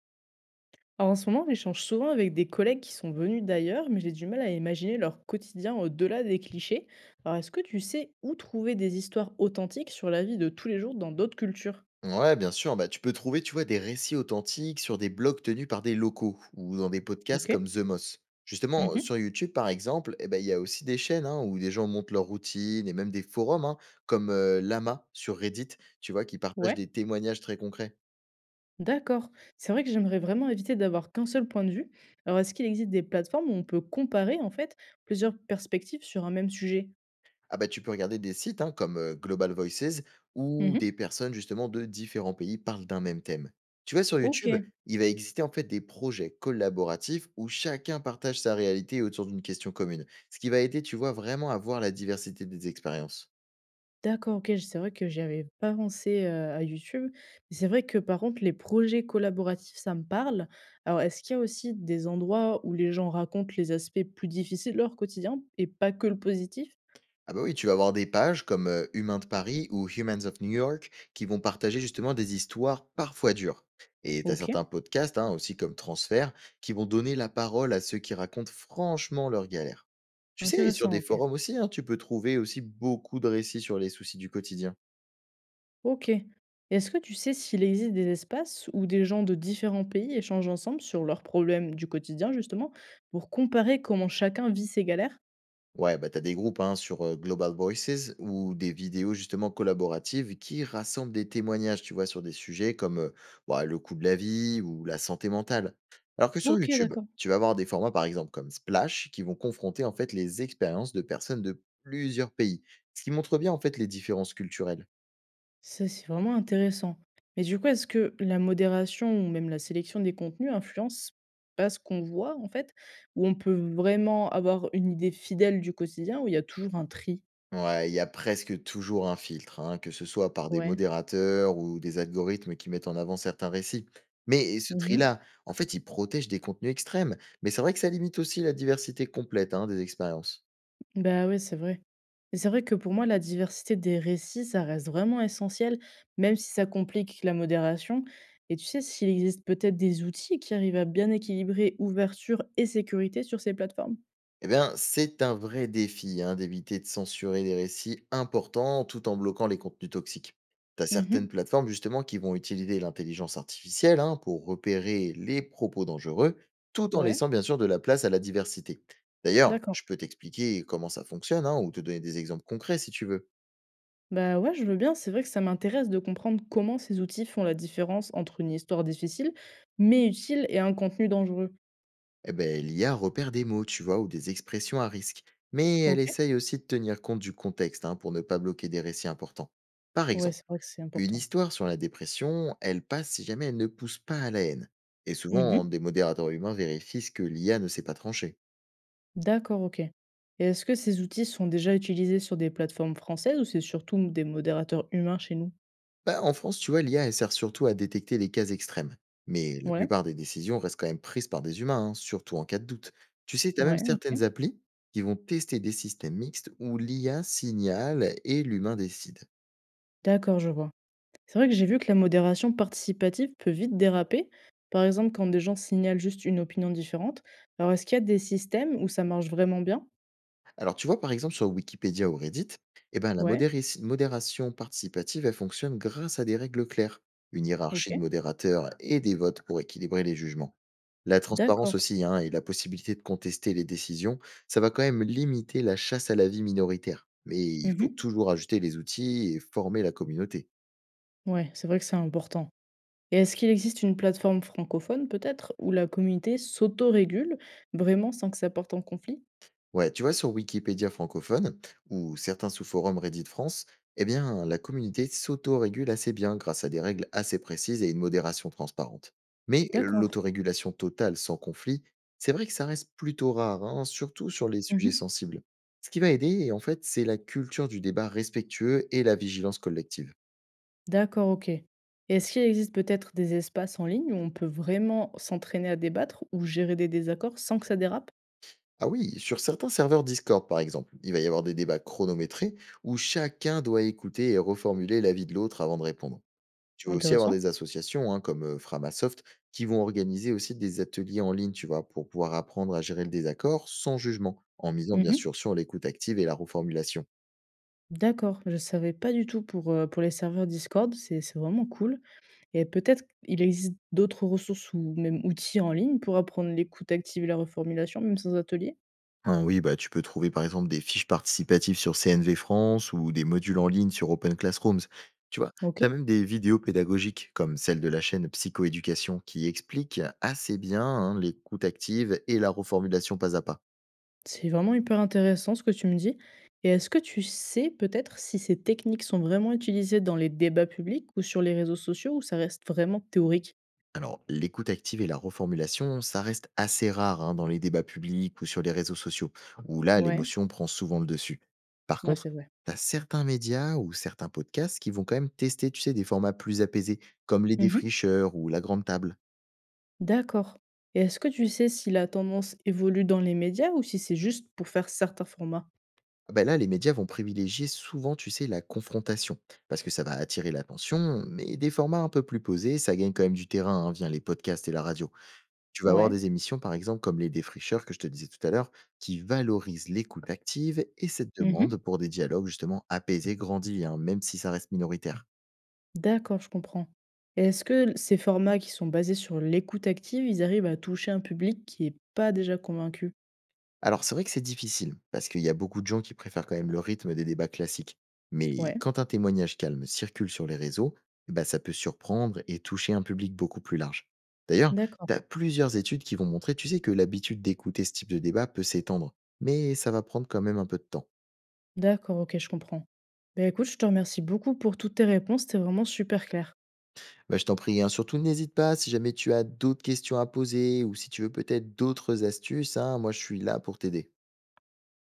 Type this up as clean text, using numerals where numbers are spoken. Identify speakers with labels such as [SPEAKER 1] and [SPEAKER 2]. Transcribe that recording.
[SPEAKER 1] Alors en ce moment, j'échange souvent avec des collègues qui sont venus d'ailleurs, mais j'ai du mal à imaginer leur quotidien au-delà des clichés. Alors est-ce que tu sais où trouver des histoires authentiques sur la vie de tous les jours dans d'autres cultures?
[SPEAKER 2] Ouais, bien sûr. Bah, tu peux trouver, tu vois, des récits authentiques sur des blogs tenus par des locaux ou dans des podcasts
[SPEAKER 1] Ok.
[SPEAKER 2] comme The Moss. Justement,
[SPEAKER 1] Mhm.
[SPEAKER 2] sur YouTube, par exemple, eh ben, il y a aussi des chaînes hein, où des gens montent leur routine et même des forums hein, comme Lama sur Reddit, tu vois, qui partagent
[SPEAKER 1] Ouais.
[SPEAKER 2] des témoignages très concrets.
[SPEAKER 1] D'accord. C'est vrai que j'aimerais vraiment éviter d'avoir qu'un seul point de vue. Alors est-ce qu'il existe des plateformes où on peut comparer en fait plusieurs perspectives sur un même sujet.
[SPEAKER 2] Ah bah, tu peux regarder des sites hein, comme Global Voices où
[SPEAKER 1] Mhm.
[SPEAKER 2] des personnes justement de différents pays parlent d'un même thème. Tu vois, sur
[SPEAKER 1] Ok.
[SPEAKER 2] YouTube, il va exister en fait des projets collaboratifs où chacun partage sa réalité autour d'une question commune, ce qui va aider, tu vois, vraiment à voir la diversité des expériences.
[SPEAKER 1] D'accord, OK, c'est vrai que j'avais pas pensé, à YouTube. Mais c'est vrai que par contre les projets collaboratifs, ça me parle. Alors est-ce qu'il y a aussi des endroits où les gens racontent les aspects plus difficiles de leur quotidien et pas que le positif?
[SPEAKER 2] Ah bah oui, tu vas avoir des pages comme Humains de Paris ou Humans of New York qui vont partager justement des histoires parfois dures. Et t'as
[SPEAKER 1] OK,
[SPEAKER 2] certains podcasts, hein, aussi comme Transfert, qui vont donner la parole à ceux qui racontent franchement leurs galères. Tu sais, sur
[SPEAKER 1] intéressant,
[SPEAKER 2] des
[SPEAKER 1] OK.
[SPEAKER 2] forums aussi, hein, tu peux trouver aussi beaucoup de récits sur les soucis du quotidien.
[SPEAKER 1] OK. Et est-ce que tu sais s'il existe des espaces où des gens de différents pays échangent ensemble sur leurs problèmes du quotidien justement, pour comparer comment chacun vit ses galères?
[SPEAKER 2] Ouais, bah, tu as des groupes hein, sur Global Voices ou des vidéos justement collaboratives qui rassemblent des témoignages, tu vois, sur des sujets comme bah, le coût de la vie ou la santé mentale. Alors que sur
[SPEAKER 1] OK,
[SPEAKER 2] YouTube,
[SPEAKER 1] d'accord.
[SPEAKER 2] tu vas avoir des formats par exemple comme Splash qui vont confronter en fait les expériences de personnes de plusieurs pays, ce qui montre bien en fait les différences culturelles.
[SPEAKER 1] Ça, c'est vraiment intéressant. Mais du coup, est-ce que la modération ou même la sélection des contenus influence pas ce qu'on voit en fait? Ou on peut vraiment avoir une idée fidèle du quotidien où il y a toujours un tri?
[SPEAKER 2] Ouais, il y a presque toujours un filtre, hein, que ce soit par des
[SPEAKER 1] Ouais.
[SPEAKER 2] modérateurs ou des algorithmes qui mettent en avant certains récits. Mais ce
[SPEAKER 1] Mmh mh.
[SPEAKER 2] tri-là, en fait, il protège des contenus extrêmes. Mais c'est vrai que ça limite aussi la diversité complète, hein, des expériences.
[SPEAKER 1] Bah, ouais, c'est vrai. Et c'est vrai que pour moi, la diversité des récits, ça reste vraiment essentiel, même si ça complique la modération. Et tu sais, s'il existe peut-être des outils qui arrivent à bien équilibrer ouverture et sécurité sur ces plateformes?
[SPEAKER 2] Eh bien, c'est un vrai défi hein, d'éviter de censurer les récits importants tout en bloquant les contenus toxiques. Tu as certaines
[SPEAKER 1] Mmh.
[SPEAKER 2] plateformes justement qui vont utiliser l'intelligence artificielle hein, pour repérer les propos dangereux tout en
[SPEAKER 1] Ouais,
[SPEAKER 2] laissant bien sûr de la place à la diversité. D'ailleurs,
[SPEAKER 1] d'accord.
[SPEAKER 2] je peux t'expliquer comment ça fonctionne hein, ou te donner des exemples concrets si tu veux.
[SPEAKER 1] Bah ouais, je veux bien. C'est vrai que ça m'intéresse de comprendre comment ces outils font la différence entre une histoire difficile, mais utile, et un contenu dangereux.
[SPEAKER 2] Eh ben, l'IA repère des mots, tu vois, ou des expressions à risque, mais elle
[SPEAKER 1] Ok?
[SPEAKER 2] essaye aussi de tenir compte du contexte hein, pour ne pas bloquer des récits importants. Par
[SPEAKER 1] Ouais,
[SPEAKER 2] exemple,
[SPEAKER 1] c'est vrai que c'est
[SPEAKER 2] une
[SPEAKER 1] important.
[SPEAKER 2] histoire sur la dépression, elle passe si jamais elle ne pousse pas à la haine. Et souvent,
[SPEAKER 1] Mhm.
[SPEAKER 2] des modérateurs humains vérifient ce que l'IA ne sait pas trancher.
[SPEAKER 1] D'accord, ok. Et est-ce que ces outils sont déjà utilisés sur des plateformes françaises ou c'est surtout des modérateurs humains chez nous?
[SPEAKER 2] Bah, en France, tu vois, l'IA, elle sert surtout à détecter les cas extrêmes. Mais la
[SPEAKER 1] Ouais,
[SPEAKER 2] plupart des décisions restent quand même prises par des humains, hein, surtout en cas de doute. Tu sais, tu as même
[SPEAKER 1] ouais, ok.
[SPEAKER 2] certaines applis qui vont tester des systèmes mixtes où l'IA signale et l'humain décide.
[SPEAKER 1] D'accord, je vois. C'est vrai que j'ai vu que la modération participative peut vite déraper, par exemple quand des gens signalent juste une opinion différente. Alors est-ce qu'il y a des systèmes où ça marche vraiment bien?
[SPEAKER 2] Alors, tu vois, par exemple, sur Wikipédia ou Reddit, eh ben, la
[SPEAKER 1] Ouais,
[SPEAKER 2] modération participative, elle fonctionne grâce à des règles claires, une hiérarchie de
[SPEAKER 1] ok.
[SPEAKER 2] modérateurs et des votes pour équilibrer les jugements. La transparence
[SPEAKER 1] D'accord.
[SPEAKER 2] aussi hein, et la possibilité de contester les décisions, ça va quand même limiter la chasse à la vie minoritaire. Mais il faut
[SPEAKER 1] Mmh.
[SPEAKER 2] toujours ajouter les outils et former la communauté.
[SPEAKER 1] Ouais, c'est vrai que c'est important et est-ce qu'il existe une plateforme francophone peut-être où la communauté s'autorégule vraiment sans que ça porte en conflit?
[SPEAKER 2] Ouais, tu vois, sur Wikipédia francophone ou certains sous-forums Reddit France, eh bien, la communauté s'autorégule assez bien grâce à des règles assez précises et une modération transparente. Mais
[SPEAKER 1] D'accord.
[SPEAKER 2] l'autorégulation totale sans conflit, c'est vrai que ça reste plutôt rare, hein, surtout sur les sujets
[SPEAKER 1] Mmh.
[SPEAKER 2] sensibles. Ce qui va aider, en fait, c'est la culture du débat respectueux et la vigilance collective.
[SPEAKER 1] D'accord, OK, et est-ce qu'il existe peut-être des espaces en ligne où on peut vraiment s'entraîner à débattre ou gérer des désaccords sans que ça dérape?
[SPEAKER 2] Ah oui, sur certains serveurs Discord, par exemple, il va y avoir des débats chronométrés où chacun doit écouter et reformuler l'avis de l'autre avant de répondre. Tu vas aussi avoir
[SPEAKER 1] Intéressant.
[SPEAKER 2] des associations, hein, comme Framasoft, qui vont organiser aussi des ateliers en ligne, tu vois, pour pouvoir apprendre à gérer le désaccord sans jugement, en misant bien
[SPEAKER 1] Mmh.
[SPEAKER 2] sûr sur l'écoute active et la reformulation.
[SPEAKER 1] D'accord, je ne savais pas du tout pour les serveurs Discord, c'est vraiment cool et peut-être il existe d'autres ressources ou même outils en ligne pour apprendre l'écoute active et la reformulation, même sans atelier?
[SPEAKER 2] Ah oui, bah, tu peux trouver par exemple des fiches participatives sur CNV France ou des modules en ligne sur Open Classrooms. Tu vois, tu as
[SPEAKER 1] OK.
[SPEAKER 2] même des vidéos pédagogiques comme celle de la chaîne Psychoéducation qui explique assez bien hein, l'écoute active et la reformulation pas à pas.
[SPEAKER 1] C'est vraiment hyper intéressant ce que tu me dis. Et est-ce que tu sais peut-être si ces techniques sont vraiment utilisées dans les débats publics ou sur les réseaux sociaux ou ça reste vraiment théorique?
[SPEAKER 2] Alors, l'écoute active et la reformulation, ça reste assez rare hein, dans les débats publics ou sur les réseaux sociaux, où là,
[SPEAKER 1] Ouais,
[SPEAKER 2] l'émotion prend souvent le dessus. Par
[SPEAKER 1] ouais,
[SPEAKER 2] contre,
[SPEAKER 1] c'est vrai.
[SPEAKER 2] t'as certains médias ou certains podcasts qui vont quand même tester, tu sais, des formats plus apaisés, comme les
[SPEAKER 1] Mhm.
[SPEAKER 2] défricheurs ou la grande table.
[SPEAKER 1] D'accord. Et est-ce que tu sais si la tendance évolue dans les médias ou si c'est juste pour faire certains formats?
[SPEAKER 2] Ah ben là, les médias vont privilégier souvent, tu sais, la confrontation, parce que ça va attirer l'attention, mais des formats un peu plus posés, ça gagne quand même du terrain hein, via les podcasts et la radio. Tu vas avoir
[SPEAKER 1] Ouais.
[SPEAKER 2] des émissions, par exemple, comme Les Défricheurs, que je te disais tout à l'heure, qui valorisent l'écoute active et cette demande
[SPEAKER 1] Mhm.
[SPEAKER 2] pour des dialogues justement apaisés grandis, hein, même si ça reste minoritaire.
[SPEAKER 1] D'accord, je comprends. Et est-ce que ces formats qui sont basés sur l'écoute active, ils arrivent à toucher un public qui n'est pas déjà convaincu?
[SPEAKER 2] Alors c'est vrai que c'est difficile, parce qu'il y a beaucoup de gens qui préfèrent quand même le rythme des débats classiques. Mais
[SPEAKER 1] Ouais.
[SPEAKER 2] quand un témoignage calme circule sur les réseaux, bah, ça peut surprendre et toucher un public beaucoup plus large. D'ailleurs,
[SPEAKER 1] D'accord.
[SPEAKER 2] tu as plusieurs études qui vont montrer, tu sais, que l'habitude d'écouter ce type de débat peut s'étendre, mais ça va prendre quand même un peu de temps.
[SPEAKER 1] D'accord, OK, je comprends. Ben écoute, je te remercie beaucoup pour toutes tes réponses, c'était vraiment super clair.
[SPEAKER 2] Bah, je t'en prie, hein. Surtout n'hésite pas si jamais tu as d'autres questions à poser ou si tu veux peut-être d'autres astuces, hein, moi je suis là pour t'aider.